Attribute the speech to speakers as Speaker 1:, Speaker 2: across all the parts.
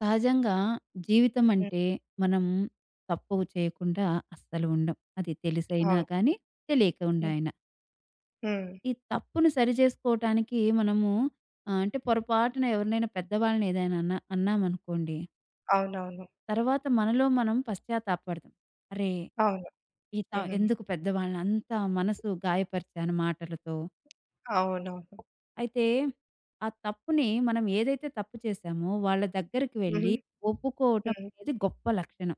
Speaker 1: సహజంగా జీవితం
Speaker 2: హ్మ్.
Speaker 1: అంటే మనం తప్పు చేయకుండా అస్సలు ఉండం. అది తెలిసైనా
Speaker 2: అవును.
Speaker 1: కానీ, తెలియకుండా
Speaker 2: హ్మ్.
Speaker 1: అయినా.
Speaker 2: హ్మ్.
Speaker 1: ఈ తప్పును సరిచేసుకోవటానికి మనము అంటే పొరపాటున ఎవరినైనా పెద్దవాళ్ళని ఏదైనా అన్నామనుకోండి,
Speaker 2: అవునవును.
Speaker 1: తర్వాత మనలో మనం పశ్చాత్తాపపడతాం. అరే!
Speaker 2: అవును.
Speaker 1: ఈ త
Speaker 2: హ్మ్.
Speaker 1: ఎందుకు పెద్దవాళ్ళని అంత మనసు గాయపరిచాను మాటలతో.
Speaker 2: అవునవును.
Speaker 1: అయితే ఆ తప్పుని మనం ఏదైతే తప్పు చేశామో వాళ్ళ దగ్గరికి
Speaker 2: హుహు.
Speaker 1: వెళ్లి ఒప్పుకోవటం
Speaker 2: హ్మ్.
Speaker 1: అనేది గొప్ప లక్షణం.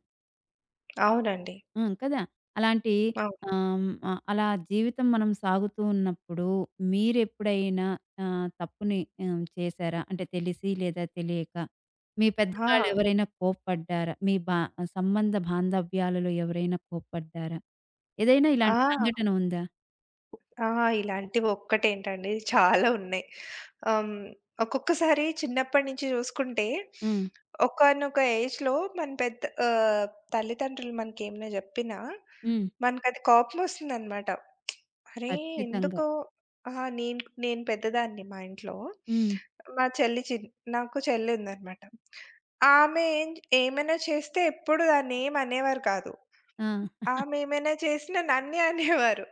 Speaker 2: అవునండి.
Speaker 1: హ్మ్. కదా! అలాంటి
Speaker 2: అవును.
Speaker 1: ఆహ్, ఆహ్, అలా జీవితం మనం సాగుతూ ఉన్నప్పుడు మీరెప్పుడైనా తప్పుని చేశారా? అంటే తెలిసి లేదా తెలియక? మీ
Speaker 2: ఆ!
Speaker 1: పెద్దవాళ్ళెవరైనా కోప్పడ్డారా? మీ బా సంబంధ బాంధవ్యాలలో ఎవరైనా కోప్పడ్డారా? ఏదైనా ఇలాంటి
Speaker 2: ఆ!
Speaker 1: సంఘటన ఉందా?
Speaker 2: ఆ! ఇలాంటివి ఒక్కటేంటండి చాలా ఉన్నాయి. ఆహ్, ఒక్కొక్కసారి చిన్నప్పటి నుంచి చూసుకుంటే,
Speaker 1: హ్మ్.
Speaker 2: ఒకానొక ఏజ్‌లో మన పెద్ద ఆహ్, తల్లిదండ్రులు మనకేమైనా జెప్పినా,
Speaker 1: హ్మ్.
Speaker 2: మనకది కోపమొస్తుందనమాట. అరే!
Speaker 1: ఖచ్చితంగా.
Speaker 2: ఎందుకు ఆ! నేను నేను పెద్దదాన్ని మా ఇంట్లో.
Speaker 1: హ్మ్.
Speaker 2: మా చెల్లి చిన్ నాకు చెల్లి ఉందనమాట. ఆమె ఏమైనా చేస్తే ఎప్పుడు దాన్నేమనేవారు కాదు.
Speaker 1: ఆ!
Speaker 2: ఆమేమైనా చేసినా నన్నే అనేవారు.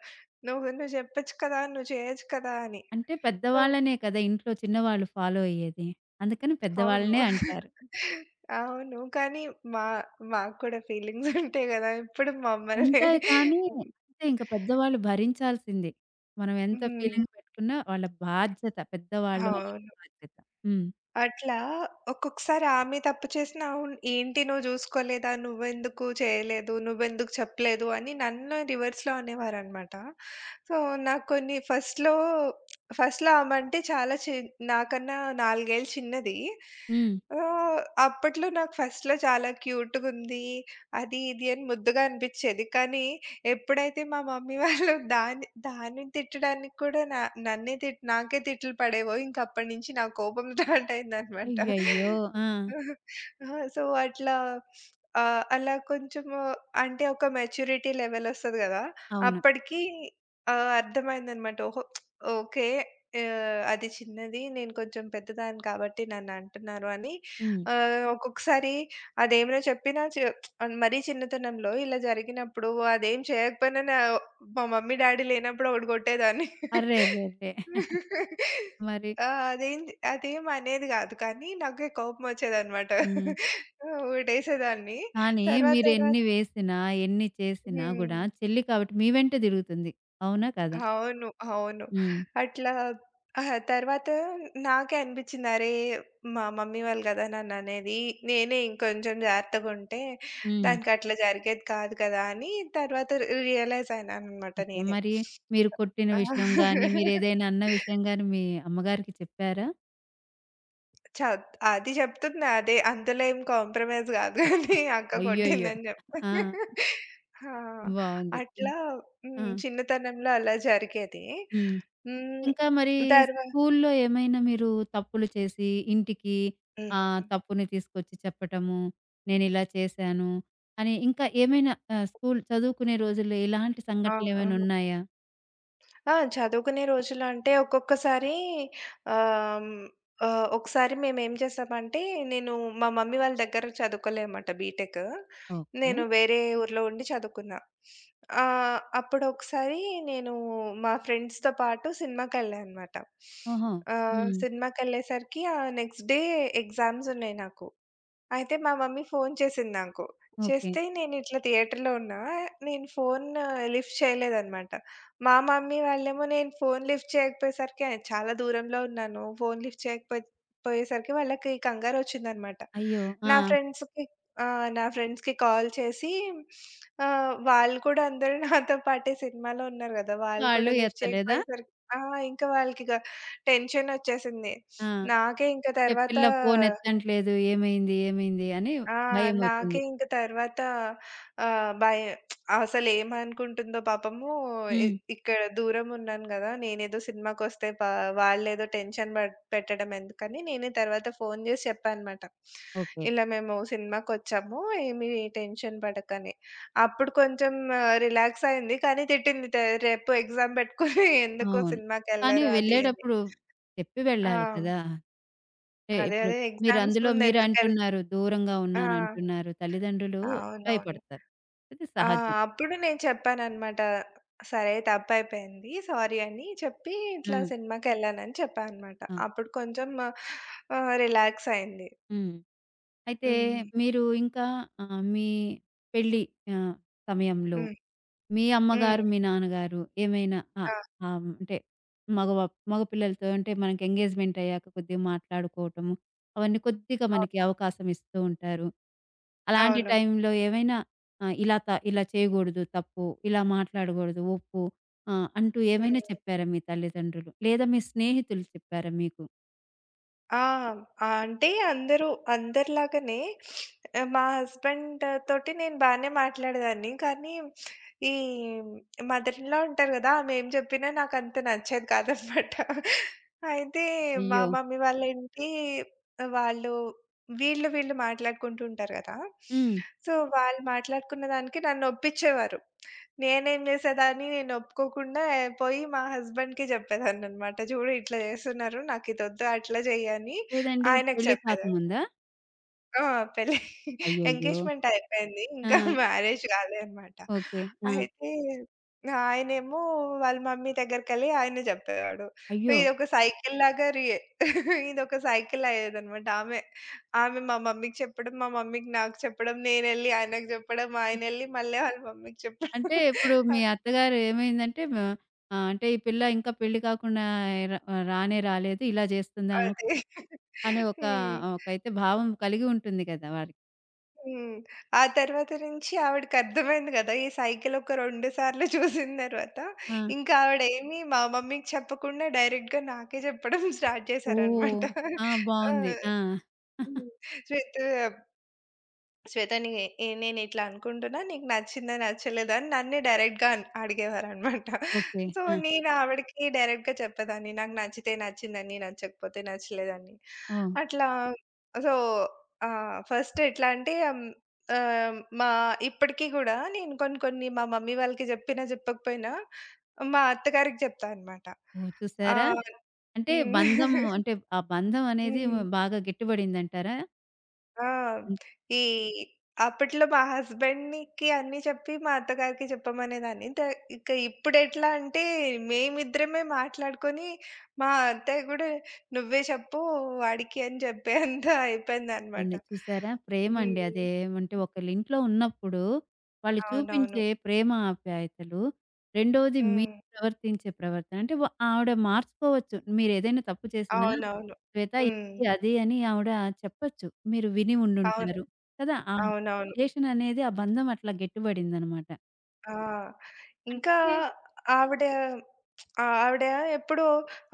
Speaker 2: "నువ్వు నువ్వు జెప్పొచ్చు కదా! నువ్వు చేయొచ్చు కదా!" అని.
Speaker 1: అంటే
Speaker 2: సో
Speaker 1: పెద్దవాళ్ళనే కదా! ఇంట్లో చిన్నవాళ్ళు ఫాలో అయ్యేది. అందుకని
Speaker 2: అవును.
Speaker 1: పెద్దవాళ్ళనే అంటారు.
Speaker 2: అవును. కానీ మా మాకు కూడా ఫీలింగ్స్ ఉంటాయి గదా! ఎప్పుడు మమ్మల్ని
Speaker 1: ఉంటాయి కానీ, అంతే ఇంక పెద్దవాళ్ళు భరించాల్సిందే. మనం ఎంత
Speaker 2: హ్మ్.
Speaker 1: ఫీలింగ్ పెట్టుకున్నా వాళ్ళ బాధ్యత పెద్దవాళ్ళు అనేది
Speaker 2: అవును.
Speaker 1: బాధ్యత. హ్మ్.
Speaker 2: అట్లా ఒక్కొక్కసారి ఆమె తప్పు చేసినా అవును ఏంటి నువ్వు చూసుకోలేదా? నువ్వెందుకు చేయలేదు? నువ్వెందుకు చెప్పలేదు? అని నన్ను రివర్స్‌లో అనేవారనమాట. సో, నాకు కొన్ని ఫస్ట్‌లో ఫస్ట్‌లో ఆమె అంటే చాలా నాకన్నా 4 ఏళ్ళు చిన్నది.
Speaker 1: హ్మ్.
Speaker 2: ఆహ్, అప్పట్లో నాకు ఫస్ట్‌లో చాలా క్యూట్‌గుంది. అది ఇది అని ముద్దుగా అనిపిచ్చేది. కానీ ఎప్పుడైతే మా మమ్మీ వాళ్ళు దాన్ని దాన్ని తిట్టడానికి కూడా నా నన్నే తిట్ నాకే తిట్లు పడేవో ఇంక అప్పటి నుంచి నా కోపం స్టార్ట్ అయిందనమాట.
Speaker 1: అయ్యయ్యో! ఆ!
Speaker 2: ఆ! సో, అట్లా అలా కొంచెము అంటే ఒక మెచ్యూరిటీ లెవెల్ ఒస్తది గదా!
Speaker 1: అవును.
Speaker 2: అప్పటికి అర్థమైందనమాట. ఓహో! ఓకే. అది చిన్నది. నేను కొంచెం పెద్దదాన్ని కాబట్టి నన్ను అంటున్నారు అని
Speaker 1: హ్మ్.
Speaker 2: ఒక్కొక్కసారి అదేమైనా చెప్పినా చె మరీ చిన్నతనంలో ఇలా జరిగినప్పుడు అదేం చేయకపోయినా మా మమ్మీ, డ్యాడీ లేనప్పుడు ఒకటి కొట్టేదాన్ని.
Speaker 1: అర్రెర్రెర్రే! మరి
Speaker 2: ఆ! అదేం అదేం అనేది గాదు. కానీ నాకే కోపమొచ్చేదనమాట.
Speaker 1: హ్మ్.
Speaker 2: ఒకటేసేదాన్ని.
Speaker 1: కానీ
Speaker 2: తర్వాత తర్వాత
Speaker 1: మీరెన్ని వేసినా, ఎన్ని చేసినా గూడా
Speaker 2: హ్మ్.
Speaker 1: చెల్లి కాబట్టి మీ వెంట తిరుగుతుంది. అవునా? కాదా?
Speaker 2: అవును. అవును.
Speaker 1: హ్మ్.
Speaker 2: అట్లా అహా! తర్వాత నాకే అనిపిచ్చింది. అరే! మా మమ్మీ వాళ్ళు గదా! నన్ననేది. నేనే ఇంకొంచెం జాగ్రత్తగుంటే
Speaker 1: హ్మ్.
Speaker 2: దానికట్లా జరిగేది కాదు కదా! అని తర్వాత రియలైజ్ అయినాననమాట
Speaker 1: ఓకే.
Speaker 2: నేనే.
Speaker 1: మరి మీరు కొట్టిన విషయం గాని, మీరేదైనా అన్న విషయం గాని మీ అమ్మగారికి చెప్పారా?
Speaker 2: చ అది చెప్తున్నా అదే. అందులో ఏం కాంప్రమైజ్ గాదు గానీ అక్క
Speaker 1: అయ్యయ్యో!
Speaker 2: కొట్టిందని జెప్పా.
Speaker 1: ఆ!
Speaker 2: ఆ!
Speaker 1: బావుంది. హ్మ్.
Speaker 2: అట్లా
Speaker 1: ఆ!
Speaker 2: హ్మ్. చిన్నతనంలో అలా జరిగేది.
Speaker 1: హ్మ్.
Speaker 2: హ్మ్.
Speaker 1: ఇంకా మరి
Speaker 2: తర్వా
Speaker 1: స్కూల్లో ఏమైనా మీరు తప్పులు చేసి ఇంటికి
Speaker 2: హ్మ్. హ్మ్.
Speaker 1: తప్పుని తీసుకొచ్చి చెప్పటము, నేనిలా చేశాను అని ఇంకా ఏమైనా స్కూల్ చదువుకునే రోజుల్లో ఇలాంటి
Speaker 2: అవును.
Speaker 1: సంఘటనలేమైనా
Speaker 2: ఆహా!
Speaker 1: ఉన్నాయా?
Speaker 2: ఆ! చదువుకునే రోజుల్లో అంటే ఒక్కొక్కసారి ఆహ్, హ్మ్, ఒకసారి మేమేం చేసామంటే, నేను మా మమ్మీ వాళ్ళ దగ్గర చదువుకోలేదన్నమాట బీటెక్.
Speaker 1: ఓకే.
Speaker 2: నేను వేరే ఊర్లో ఉండి చదువుకున్నా. అప్పుడు ఒకసారి నేను మా ఫ్రెండ్స్‌తో పాటు సినిమాకెళ్ళా అన్నమాట.
Speaker 1: ఓహో! హ్మ్.
Speaker 2: సినిమాకెళ్ళేసరికి నెక్స్ట్ డే ఎగ్జామ్స్ ఉన్నాయి నాకు. అయితే మా మమ్మీ ఫోను చేసింది నాకు.
Speaker 1: ఓకే.
Speaker 2: చేస్తే నేనిట్లా థియేటర్‌లో ఉన్నా. నేను ఫోను లిఫ్ట్ చేయలేదనమాట. మా మమ్మీ వాళ్ళేమో నేను ఫోను లిఫ్ట్ చేయకపోయేసరికి చాలా దూరంలో ఉన్నాను. ఫోను లిఫ్ట్ పోయేసరికి వాళ్ళకి కంగారొచ్చిందనమాట.
Speaker 1: అయ్యో!
Speaker 2: నా
Speaker 1: ఆ!
Speaker 2: ఫ్రెండ్స్‌కి ఆ! నా ఫ్రెండ్స్‌కి కాల్ చేసి వాళ్ళు కూడా అందరూ నాతో పాటే సినిమాలో ఉన్నారు గదా! వాళ్ళు కూడా
Speaker 1: వాళ్ళు
Speaker 2: లిఫ్ట్
Speaker 1: ఎత్తలేదా?
Speaker 2: చేయకపోయేసరికి ఆ! ఇంకా వాళ్ళకిక టెన్షనొచ్చేసింది.
Speaker 1: ఆ!
Speaker 2: నాకే ఇంక
Speaker 1: "ఏ
Speaker 2: తర్వాత
Speaker 1: పిల్ల ఫోను ఎత్తట్లేదు. ఏమైంది? ఏమైంది?" అని
Speaker 2: ఆ! నాకే
Speaker 1: భయమొచ్చింది.
Speaker 2: ఇంక తర్వాత ఆహ్, భయ అసలేమనుకుంటుందో పాపము ఇ
Speaker 1: హ్మ్.
Speaker 2: ఇక్కడ దూరమున్నాను గదా! నేనేదో సినిమాకొస్తే వాళ్ళేదో టెన్షన్ పెట్టడం ఎందుకని నేనే తర్వాత ఫోను జేసి చెప్పా అనమాట.
Speaker 1: ఓకే.
Speaker 2: ఇలా మేము సినిమాకొచ్చాము ఏమి టెన్షన్ పడకని. అప్పుడు కొంచెం రిలాక్స్ అయింది. కానీ తిట్టింది రేపు ఎగ్జామ్ పెట్టుకొని ఎందుకు
Speaker 1: అవును. కానీ
Speaker 2: సినిమాకెళ్లరు అది అని.
Speaker 1: వెళ్ళేటప్పుడు చెప్పి
Speaker 2: ఆ!
Speaker 1: వెళ్ళాలి కదా! అంటే
Speaker 2: అదే.
Speaker 1: ఇప్పుడు
Speaker 2: అదే. ఎగ్జామ్స్
Speaker 1: మీరందులో
Speaker 2: ముందెందుకెళ్
Speaker 1: మీరంటున్నారు, దూరంగా
Speaker 2: ఆ!
Speaker 1: ఉన్నానంటున్నారు. తల్లిదండ్రులు
Speaker 2: అవునవును.
Speaker 1: భయపడతారు. ఇది
Speaker 2: ఆ!
Speaker 1: సహజం.
Speaker 2: అప్పుడు నేను చెప్పాననమాట. సరే తప్పయిపోయింది. సారీ అని చెప్పి
Speaker 1: ఆ!
Speaker 2: ఇట్లా సినిమాకెళ్ళానని చెప్పా అనమాట.
Speaker 1: అవును.
Speaker 2: అప్పుడు కొంచెం రిలాక్స్ అయింది.
Speaker 1: హ్మ్. అయితే
Speaker 2: హ్మ్.
Speaker 1: మీరు ఇంకా మీ పెళ్లి ఆహ్, సమయంలో
Speaker 2: హ్మ్.
Speaker 1: మీ
Speaker 2: హ్మ్.
Speaker 1: అమ్మగారు, మీ నాన్నగారు ఏమైనా
Speaker 2: ఆ!
Speaker 1: ఆహ్, ఆహ్, హ్మ్. అంటే మగవా మగపిల్లలతో అంటే మనకి ఎంగేజ్‌మెంట్ అయ్యాక కొద్దిగా మాట్లాడుకోవటము, అవన్నీ కొద్దిగా
Speaker 2: అవును.
Speaker 1: మనకి అవకాశం ఇస్తూ ఉంటారు. అలాంటి
Speaker 2: అవును.
Speaker 1: టైంలో ఏమైనా ఇలా చేయకూడదు తప్పు, ఇలా మాట్లాడకూడదు ఒప్పు అంటూ
Speaker 2: హ్మ్.
Speaker 1: ఏమైనా చెప్పారా మీ తల్లిదండ్రులు? లేదా మీ స్నేహితులు చెప్పారా మీకు?
Speaker 2: ఆ! ఆ! అంటే అందరూ అందరిలాగానే మా హస్బెండ్ తోటి నేను బానే మాట్లాడేదాన్ని. కానీ ఈ మదర్ ఇన్ లా ఉంటారు గదా! ఆమె ఏం చెప్పినా నాకంత నచ్చేది కాదనమాట. అయితే మా
Speaker 1: అయ్యో!
Speaker 2: మమ్మీ వాళ్ళేంటి వాళ్ళు వీళ్ళు వీళ్ళు మాట్లాడుకుంటూ ఉంటారు గదా!
Speaker 1: హ్మ్.
Speaker 2: సో, వాళ్ళు మాట్లాడుకున్న దానికి నన్ను ఒప్పించేవారు. నేనేం జేసేదాన్ని, నేను ఒప్పుకోకుండా పోయి మా హస్బెండ్‌కి జెప్పేదాన్ననమాట. చూడు ఇట్లా జేస్తున్నారు, నాకిదొద్దు అట్లా జెయ్యి అని
Speaker 1: లేదండి
Speaker 2: ఆయనకి
Speaker 1: పెళ్లి
Speaker 2: చెప్పేదాన్ని.
Speaker 1: కాకముందా?
Speaker 2: ఆ! పెళ్లి
Speaker 1: అయ్యయ్యో!
Speaker 2: ఎంగేజ్‌మెంట్ అయిపోయింది. ఇంకా
Speaker 1: ఆ!
Speaker 2: మ్యారేజ్ గాలే అనమాట.
Speaker 1: ఓకే. ఆ!
Speaker 2: అయితే ఆయనేమో వాళ్ళ మమ్మీ దగ్గరికెళ్ళి ఆయన జెప్పేవాడు.
Speaker 1: అయ్యో!
Speaker 2: ఇదొక సైకిల్‌లాగా రి ఇదొక సైకిల్ అయ్యేదనమాట. ఆమె ఆమె మా మమ్మీకి చెప్పడం, మా మమ్మీకి నాకు చెప్పడం, నేనెళ్ళి ఆయనకి జెప్పడం, ఆయనెళ్ళి మళ్ళీ వాళ్ళ మమ్మీకి చెప్పడం.
Speaker 1: అంటే ఇప్పుడు మీ అత్తగారు ఏమైందంటే మ అంటే ఈ పిల్ల ఇంకా పెళ్లి కాకుండా ర రానే రాలేదు. ఇలా చేస్తుందా
Speaker 2: అదే.
Speaker 1: అనే ఒక
Speaker 2: హ్మ్.
Speaker 1: ఒకైతే భావం కలిగి ఉంటుంది కదా! వారికి.
Speaker 2: హ్మ్. ఆ తర్వాత నుంచి ఆవిడకర్థమైంది గదా! ఈ సైకిల్ ఒక 2 సార్లు చూసిన తర్వాత,
Speaker 1: ఆ!
Speaker 2: ఇంకా ఆవిడేమి మా మమ్మీకి చెప్పకుండా డైరెక్ట్‌గా నాకే చెప్పడం స్టార్ట్ చేశారనమాట.
Speaker 1: ఓహ్! ఆ!
Speaker 2: ఆ!
Speaker 1: బావుంది. ఆ!
Speaker 2: హ్మ్. శ్వేత శ్వేత నే ఏ నేనిట్లా అనుకుంటున్నా. నీకు నచ్చిందా? నచ్చలేదా? అని నన్నే డైరెక్ట్‌గా అడిగేవారనమాట.
Speaker 1: ఓకే.
Speaker 2: సో,
Speaker 1: ఆ!
Speaker 2: నేను ఆవిడకి డైరెక్ట్‌గా చెప్పేదాన్ని. నాకు నచ్చితే నచ్చిందని, నచ్చకపోతే నచ్చలేదని.
Speaker 1: ఓహ్!
Speaker 2: అట్లా సో, ఫస్ట్ ఎట్లా అంటే హ్మ్, ఆహ్, మా ఇప్పటికి గూడా నేను కొన్ని కొన్ని మా మమ్మీ వాళ్ళకి జెప్పినా, జెప్పకపోయినా మా అత్తగారికి జెప్తా అనమాట.
Speaker 1: ఓహ్! చూసారా?
Speaker 2: ఆహ్,
Speaker 1: అంటే
Speaker 2: హ్మ్.
Speaker 1: బంధం అంటే ఆ బంధం అనేది
Speaker 2: హ్మ్.
Speaker 1: బాగా గట్టిపడిందంటారా?
Speaker 2: ఆ! ఈ అప్పట్లో మా హస్బెండ్‌కి అన్నీ చెప్పి, మా అత్తగారికి చెప్పమనేదాన్ని. ఇక ఇప్పుడెట్లా అంటే, మేమిద్దరమే మాట్లాడుకొని, మా అత్తయ్య కూడా "నువ్వే చెప్పు వాడికి" అని చెప్పేంత అయిపోయిందనమాట.
Speaker 1: అంది. చూసారా? ప్రేమండి.
Speaker 2: హ్మ్.
Speaker 1: అదేమంటే ఒకళ్ళింట్లో ఉన్నప్పుడు వాళ్ళు
Speaker 2: అవునవును.
Speaker 1: చూపించే ప్రేమ ఆప్యాయతలు, రెండోది
Speaker 2: హ్మ్.
Speaker 1: మీరు ప్రవర్తించే ప్రవర్తన. అంటే ఆవిడ మార్చుకోవచ్చు. మీరేదైనా తప్పు చేసినా,
Speaker 2: అవునవును.
Speaker 1: "శ్వేత
Speaker 2: హ్మ్.
Speaker 1: ఇది, అది" అని ఆవిడ చెప్పొచ్చు. మీరు విని
Speaker 2: అవును.
Speaker 1: ఉండుంటారు. కదా! ఆ
Speaker 2: అవునవును.
Speaker 1: రిలేషననేది ఆ బంధం అట్లా గట్టిబడిందనమాట.
Speaker 2: ఆ! ఇంకా
Speaker 1: అంటే
Speaker 2: ఆవిడ ఆ! ఆవిడ ఎప్పుడూ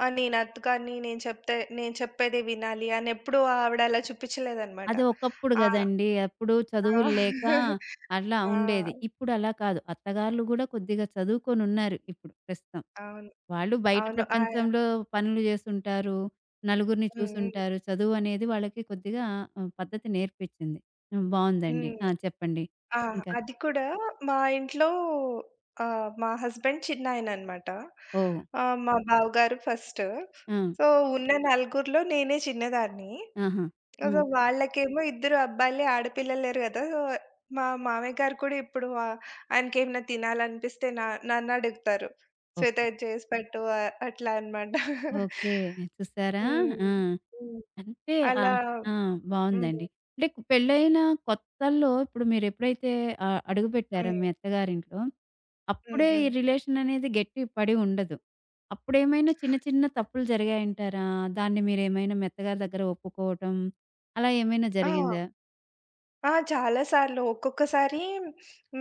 Speaker 2: నేను అతుకాని, నేను చెప్తే నేను చెప్పేదే వినాలి అని ఎప్పుడూ ఆవిడ అలా చూపించలేదనమాట.
Speaker 1: అది ఒకప్పుడు
Speaker 2: ఆ!
Speaker 1: గదండీ! అప్పుడు చదువులు లేక
Speaker 2: ఆ!
Speaker 1: అట్లా
Speaker 2: ఆ!
Speaker 1: ఉండేది. ఇప్పుడు అలా కాదు. అత్తగార్లు గూడా కొద్దిగా చదువుకొనున్నారు ఇప్పుడు ప్రస్తుతం.
Speaker 2: అవును.
Speaker 1: వాళ్ళు బయట
Speaker 2: అవును.
Speaker 1: ప్రపంచంలో పనులు చేసుంటారు. నలుగురిని
Speaker 2: హ్మ్. హ్మ్.
Speaker 1: చూసుంటారు. చదువు అనేది వాళ్ళకి కొద్దిగా పద్ధతి నేర్పించింది. హ్మ్. బావుందండి.
Speaker 2: హ్మ్.
Speaker 1: ఆ! చెప్పండి.
Speaker 2: ఆ!
Speaker 1: ఇంకా
Speaker 2: అది కూడా మా ఇంట్లో మా హస్బెండ్ చిన్నాయననమాట.
Speaker 1: ఓహ్!
Speaker 2: మా బావగారు ఫస్ట్.
Speaker 1: ఆ!
Speaker 2: సో, ఉన్న నలుగురిలో నేనే చిన్నదాన్ని.
Speaker 1: ఆహా!
Speaker 2: సో,
Speaker 1: హ్మ్.
Speaker 2: వాళ్ళకేమో ఇద్దరు అబ్బాయిలే, ఆడపిల్లలేరు గదా! సో, మా మామయ్య గారు కూడా ఇప్పుడు ఆ ఆయనకేమైనా తినాలనిపిస్తే నన్నడుగుతారు. "శ్వేత
Speaker 1: ఓకే.
Speaker 2: ఇది చేసి పెట్టు" అట్లా అనమాట.
Speaker 1: ఓకే. చూసారా? ఆ!
Speaker 2: హ్మ్. హ్మ్.
Speaker 1: అంటే
Speaker 2: అలా
Speaker 1: ఆహ్, ఆ!
Speaker 2: హ్మ్.
Speaker 1: బావుందండి. అంటే పెళ్ళైన కొత్తల్లో ఇప్పుడు మీరెప్పుడైతే అడుగుపెట్టారో
Speaker 2: హ్మ్.
Speaker 1: మీ అత్తగారింట్లో
Speaker 2: హ్మ్.
Speaker 1: అప్పుడే ఈ
Speaker 2: హ్మ్.
Speaker 1: రిలేషన్ అనేది గట్టి పడి ఉండదు. అప్పుడేమైనా చిన్న చిన్న తప్పులు జరిగాయంటారా? దాన్ని మీరేమైనా మెత్తగారి దగ్గర ఒప్పుకోవటం అలా ఏమైనా
Speaker 2: ఆ!
Speaker 1: జరిగిందా?
Speaker 2: ఆ! చాలా సార్లు. ఒక్కొక్కసారి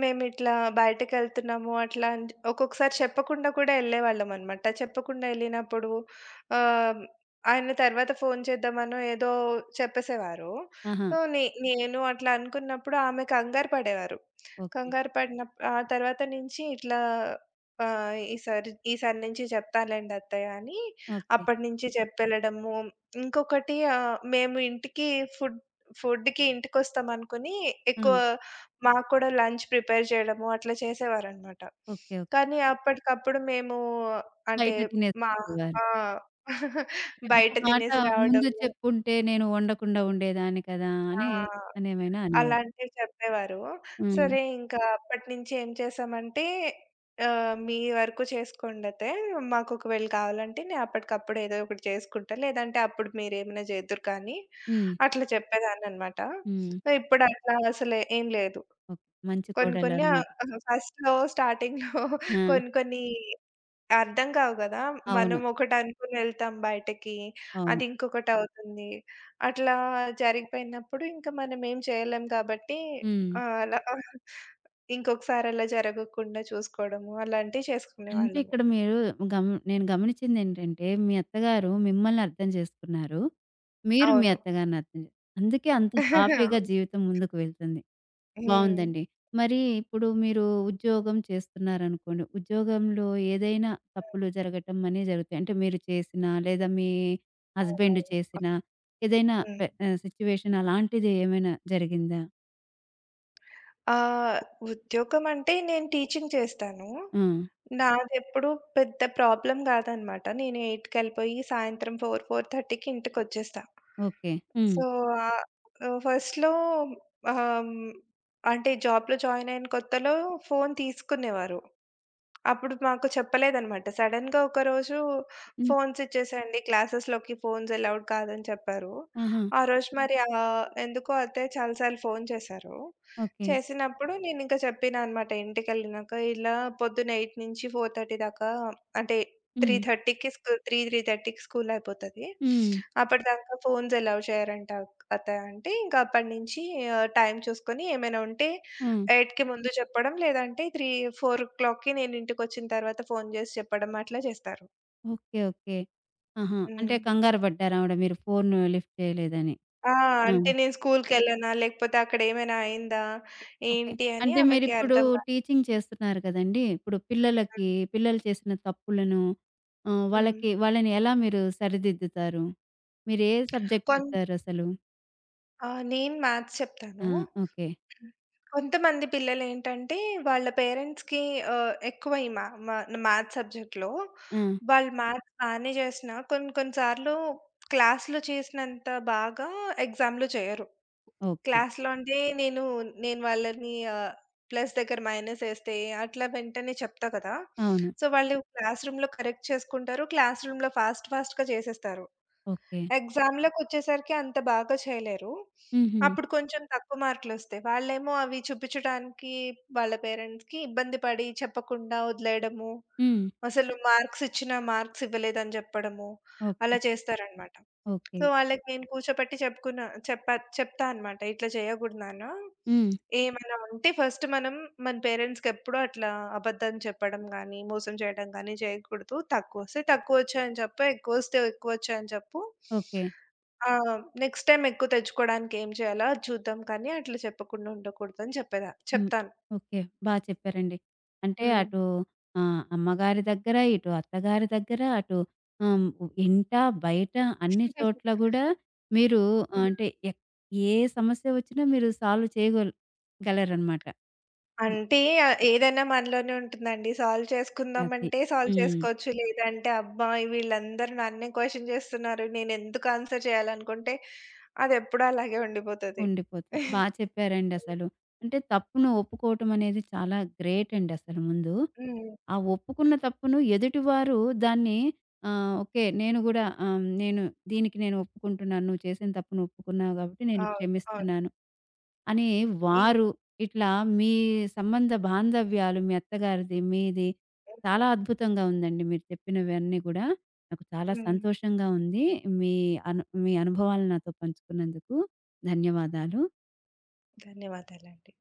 Speaker 2: మేమిట్లా బయటకెళ్తున్నాము అట్లా అని ఒక్కొక్కసారి చెప్పకుండా కూడా ఎళ్ళేవాళ్ళమనమాట. చెప్పకుండా ఎళ్ళినప్పుడు ఆహ్, ఆయన తర్వాత ఫోను చేద్దామనో ఏదో చెప్పేసేవారు.
Speaker 1: ఆహా!
Speaker 2: సో, నేను అట్లా అనుకున్నప్పుడు ఆమె కంగారు పడేవారు.
Speaker 1: ఓకే.
Speaker 2: కంగారు పడినప్ ఆ తర్వాత నుంచి ఇట్లా ఈసారి ఈసారి నుంచి చెప్తాలేండి అత్తయ్య అని
Speaker 1: ఓకే.
Speaker 2: అప్పటినుంచి చెప్పెళ్ళడము. ఇంకొకటి మేము ఇంటికి ఫుడ్ ఫుడ్‌కి ఇంటికొస్తామనుకుని
Speaker 1: ఆ!
Speaker 2: ఎక్కువ మాకు కూడా లంచ్ ప్రిపేర్ చేయడము అట్లా చేసేవారనమాట.
Speaker 1: ఓకే. ఓకే.
Speaker 2: కానీ అప్పటికప్పుడు మేము అంటే
Speaker 1: బయట
Speaker 2: మా
Speaker 1: తినేసేవారు.
Speaker 2: ఆ!
Speaker 1: అంటే
Speaker 2: బయట
Speaker 1: ఒక మాట
Speaker 2: తినేసి
Speaker 1: ముందు
Speaker 2: రావడము.
Speaker 1: చెప్పుంటే నేను వండకుండా ఉండేదాన్ని కదా!
Speaker 2: ఆ!
Speaker 1: అని అనేమైనా అనేవారు.
Speaker 2: అలాంటివి చెప్పేవారు.
Speaker 1: హ్మ్.
Speaker 2: సరే ఇంకా అప్పటినుంచి ఏం చేశామంటే, మీ వరకు చేసుకోండతే, మాకు ఒకవేళ కావాలంటే నేను అప్పటికప్పుడు ఏదో ఒకటి చేసుకుంటా, లేదంటే అప్పుడు మీరేమైనా చేద్దురు కానీ,
Speaker 1: హ్మ్.
Speaker 2: అట్లా చెప్పేదాన్ననమాట.
Speaker 1: హ్మ్.
Speaker 2: ఇప్పుడు అట్లా అసలు ఏం లేదు.
Speaker 1: ఓకే. మంచి
Speaker 2: కొన్ని కొన్ని
Speaker 1: కోడలనమాట.
Speaker 2: ఫస్ట్‌లో స్టార్టింగ్‌లో
Speaker 1: ఆ!
Speaker 2: కొన్ని కొన్ని అర్థం కావు గదా! మనం
Speaker 1: అవును.
Speaker 2: ఒకటనుకుని ఎళ్తాం బయటకి.
Speaker 1: అవును.
Speaker 2: అది ఇంకొకటవుతుంది. అట్లా జరిగిపోయినప్పుడు ఇంకా మనం ఏం చేయలేం కాబట్టి
Speaker 1: హ్మ్.
Speaker 2: అలా ఇంకొకసారి అలా జరగకుండా చూసుకోవడము అలాంటివి
Speaker 1: అంటే
Speaker 2: చేసుకునేవాళ్ళము.
Speaker 1: ఇక్కడ మీరు నేను గమనించిందేంటంటే, మీ అత్తగారు మిమ్మల్ని అర్థం చేసుకున్నారు. మీరు మీ
Speaker 2: అవును.
Speaker 1: అత్తగారిని అర్థం చే అందుకే అంత సాఫీగా
Speaker 2: అవును.
Speaker 1: జీవితం ముందుకు వెళ్తుంది.
Speaker 2: హ్మ్.
Speaker 1: బావుందండి. మరి ఇప్పుడు మీరు ఉద్యోగం చేస్తున్నారనుకోండి. ఉద్యోగంలో ఏదైనా తప్పులు జరగటం అనేవి జరుగుతాయి. అంటే మీరు చేసినా, లేదా మీ హస్బెండ్
Speaker 2: అవునవును.
Speaker 1: చేసినా, ఏదైనా
Speaker 2: హ్మ్.
Speaker 1: సిట్యుయేషన్ అలాంటిది ఏమైనా జరిగిందా?
Speaker 2: ఆహ్, ఉద్యోగం అంటే నేను టీచింగ్ చేస్తాను.
Speaker 1: ఆ!
Speaker 2: నాదెప్పుడు పెద్ద ప్రాబ్లమ్ గాదనమాట. నేను 8కెళ్ళిపోయి సాయంత్రం 4, 4:30కి ఇంటికొచ్చేస్తా.
Speaker 1: ఓకే. హ్మ్.
Speaker 2: సో, ఆహ్, ఆహ్, ఫస్ట్‌లో ఆహ్, హ్మ్, అంటే జాబ్‌లో జాయిన్ అయిన కొత్తలో ఫోను తీసుకునేవారు. అప్పుడు మాకు చెప్పలేదనమాట. సడెన్‌గా ఒకరోజు
Speaker 1: హ్మ్.
Speaker 2: ఫోన్స్ ఇచ్చేసేయండి. క్లాసెస్‌లోకి ఫోన్స్ అలౌడ్ కాదని చెప్పారు.
Speaker 1: ఆహా!
Speaker 2: ఆ రోజు హ్మ్. మరి ఎందుకో అత్తయ్య చాలా సార్లు ఫోన్ చేశారు.
Speaker 1: ఓకే.
Speaker 2: చేసినప్పుడు నేనింక చెప్పినా అనమాట ఇంటికెళ్ళినాక. ఇలా పొద్దున్న 8 నుంచి 4:30 దాకా అంటే
Speaker 1: హ్మ్.
Speaker 2: 3:30కి స్కూ 3, 3:30కి స్కూల్ అయిపోతది.
Speaker 1: హ్మ్.
Speaker 2: అప్పటిదాకా ఫోన్స్ అలౌ చేయరంట అత్తయ్య అంటే, ఇంక అప్పటి నుంచి టైం చూసుకొని ఏమైనా ఉంటే
Speaker 1: హ్మ్.
Speaker 2: 8కి ముందు చెప్పడం, లేదంటే 3, 4:00కి నేను ఇంటికొచ్చిన తర్వాత ఫోను జేసి చెప్పడం అట్లా జేస్తారు.
Speaker 1: ఓకే. ఓకే. ఆహా! అంటే
Speaker 2: హ్మ్.
Speaker 1: కంగారు పడ్డారావిడ మీరు ఫోను లిఫ్ట్ చేయలేదని.
Speaker 2: ఆ!
Speaker 1: ఆ!
Speaker 2: అంటే నేను స్కూలుకెళ్ళానా? లేకపోతే అక్కడేమైనా అయిందా?
Speaker 1: ఓకే.
Speaker 2: ఏంటి అని
Speaker 1: అంటే
Speaker 2: ఆమెకి
Speaker 1: మీరిప్పుడు
Speaker 2: అర్థం గాదు.
Speaker 1: టీచింగ్ చేస్తున్నారు కదండీ! ఇప్పుడు
Speaker 2: హ్మ్.
Speaker 1: పిల్లలకి
Speaker 2: హ్మ్.
Speaker 1: పిల్లలు చేసిన తప్పులను
Speaker 2: హ్మ్.
Speaker 1: వాళ్ళకి వాళ్ళని ఎలా మీరు సరిదిద్దుతారు? మీరే సబ్జెక్ట్
Speaker 2: కొన్
Speaker 1: చెప్తారసలు?
Speaker 2: నేను మ్యాథ్స్ చెప్తాను.
Speaker 1: ఆ! ఓకే.
Speaker 2: ఉమ్. కొంతమంది పిల్లలేంటంటే, వాళ్ళ పేరెంట్స్‌కి ఎక్కువ ఈ మా మా మ్యాథ్స్ సబ్జెక్ట్‌లో.
Speaker 1: ఆ!
Speaker 2: వాళ్ళు మ్యాథ్స్ బానే జేసినా కొన్ని కొన్ని సార్లు క్లాస్‌లో చేసినంత బాగా ఎగ్జామ్‌లో చేయరు.
Speaker 1: ఓకే.
Speaker 2: క్లాస్‌లో అంటే నేను వాళ్ళని ప్లస్ దగ్గర మైనస్ ఏస్తే అట్లా వెంటనే చెప్తా కదా!
Speaker 1: అవును.
Speaker 2: సో, వాళ్ళు క్లాస్ రూమ్‌లో కరెక్ట్ చేసుకుంటారు. క్లాస్ రూమ్‌లో ఫాస్ట్ ఫాస్ట్‌గా చేసేస్తారు.
Speaker 1: ఓకే.
Speaker 2: ఎగ్జామ్‌లకొచ్చేసరికి అంత బాగా చేయలేరు.
Speaker 1: హుహు.
Speaker 2: అప్పుడు కొంచెం తక్కువ మార్కులొస్తాయి. వాళ్ళేమో అవి చూపించడానికి వాళ్ళ పేరెంట్స్‌కి ఇబ్బంది పడి చెప్పకుండా వదిలేయడము,
Speaker 1: హ్మ్.
Speaker 2: అసలు మార్క్స్ ఇచ్చినా మార్క్స్ ఇవ్వలేదని చెప్పడము,
Speaker 1: ఓకే.
Speaker 2: అలా చేస్తారనమాట.
Speaker 1: ఓకే.
Speaker 2: సో, వాళ్ళకి నేను కూర్చోపెట్టి చెప్పుకున్నా చెప్పా చెప్తా అనమాట. "ఇట్లా చేయకూడదు నాన్న.
Speaker 1: హ్మ్.
Speaker 2: ఏమన్నా ఉంటే ఫస్ట్ మనం మన పేరెంట్స్‌కెప్పుడు అట్లా అబద్ధం చెప్పడం గానీ, మోసం చేయడం గానీ చేయకూడదు. తక్కువొస్తే తక్కువొచ్చాయని చెప్పు. ఎక్కువొస్తే ఎక్కువొచ్చాయని చెప్పు.
Speaker 1: ఓకే.
Speaker 2: నెక్స్ట్ టైమ్ ఎక్కువ తెచ్చుకోవడానికి ఏం చేయాలో అది చూద్దాం కానీ అట్లా చెప్పకుండా ఉండకూడదు" అని
Speaker 1: హ్మ్.
Speaker 2: చెప్తాను.
Speaker 1: ఓకే. బా చెప్పారండి. అంటే
Speaker 2: హ్మ్.
Speaker 1: అటు అమ్మగారి దగ్గర, ఇటు అత్తగారి దగ్గర, అటు ఆహ్, ఇంట, బయట అన్ని చోట్ల గూడా మీరు అంటే ఏ సమస్య వచ్చినా మీరు సాల్వ్ చేయగోల్ గలరనమాట. హ్మ్.
Speaker 2: అంటే ఏదైనా మనలోనే ఉంటుందండి. సాల్వ్
Speaker 1: అది.
Speaker 2: చేసుకుందామంటే సాల్వ్
Speaker 1: హ్మ్.
Speaker 2: చేసుకోవచ్చు. లేదంటే అబ్బా! వీళ్ళందరూ నన్నే క్వెషన్ చేస్తున్నారు. నేనెందుకు ఆన్సర్ చేయాలనుకుంటే అదెప్పుడూ అలాగే ఉండిపోతది.
Speaker 1: ఉండిపోతుంది.
Speaker 2: హ్మ్.
Speaker 1: బా చెప్పారండి అసలు. అంటే తప్పును ఒప్పుకోవటం అనేది చాలా గ్రేట్ అండి అసలు ముందు. ఆ ఒప్పుకున్న తప్పును ఎదుటివారు దాన్ని ఓకే. నేను గూడా నేను దీనికి నేను ఒప్పుకుంటున్నాను. నువ్వు చేసిన తప్పును ఒప్పుకున్నావు కాబట్టి నేను
Speaker 2: అవును. అవును.
Speaker 1: క్షమిస్తున్నాను. అని
Speaker 2: ఇం
Speaker 1: వారు ఇట్లా మీ సంబంధ బాంధవ్యాలు మీ అత్తగారిది, మీది చాలా అద్భుతంగా ఉందండి. మీరు చెప్పినవన్నీ గూడా నాకు చాలా
Speaker 2: హ్మ్.
Speaker 1: సంతోషంగా ఉంది. మీ మీ అనుభవాలు నాతో పంచుకున్నందుకు ధన్యవాదాలు.
Speaker 2: ధన్యవాదాలండి.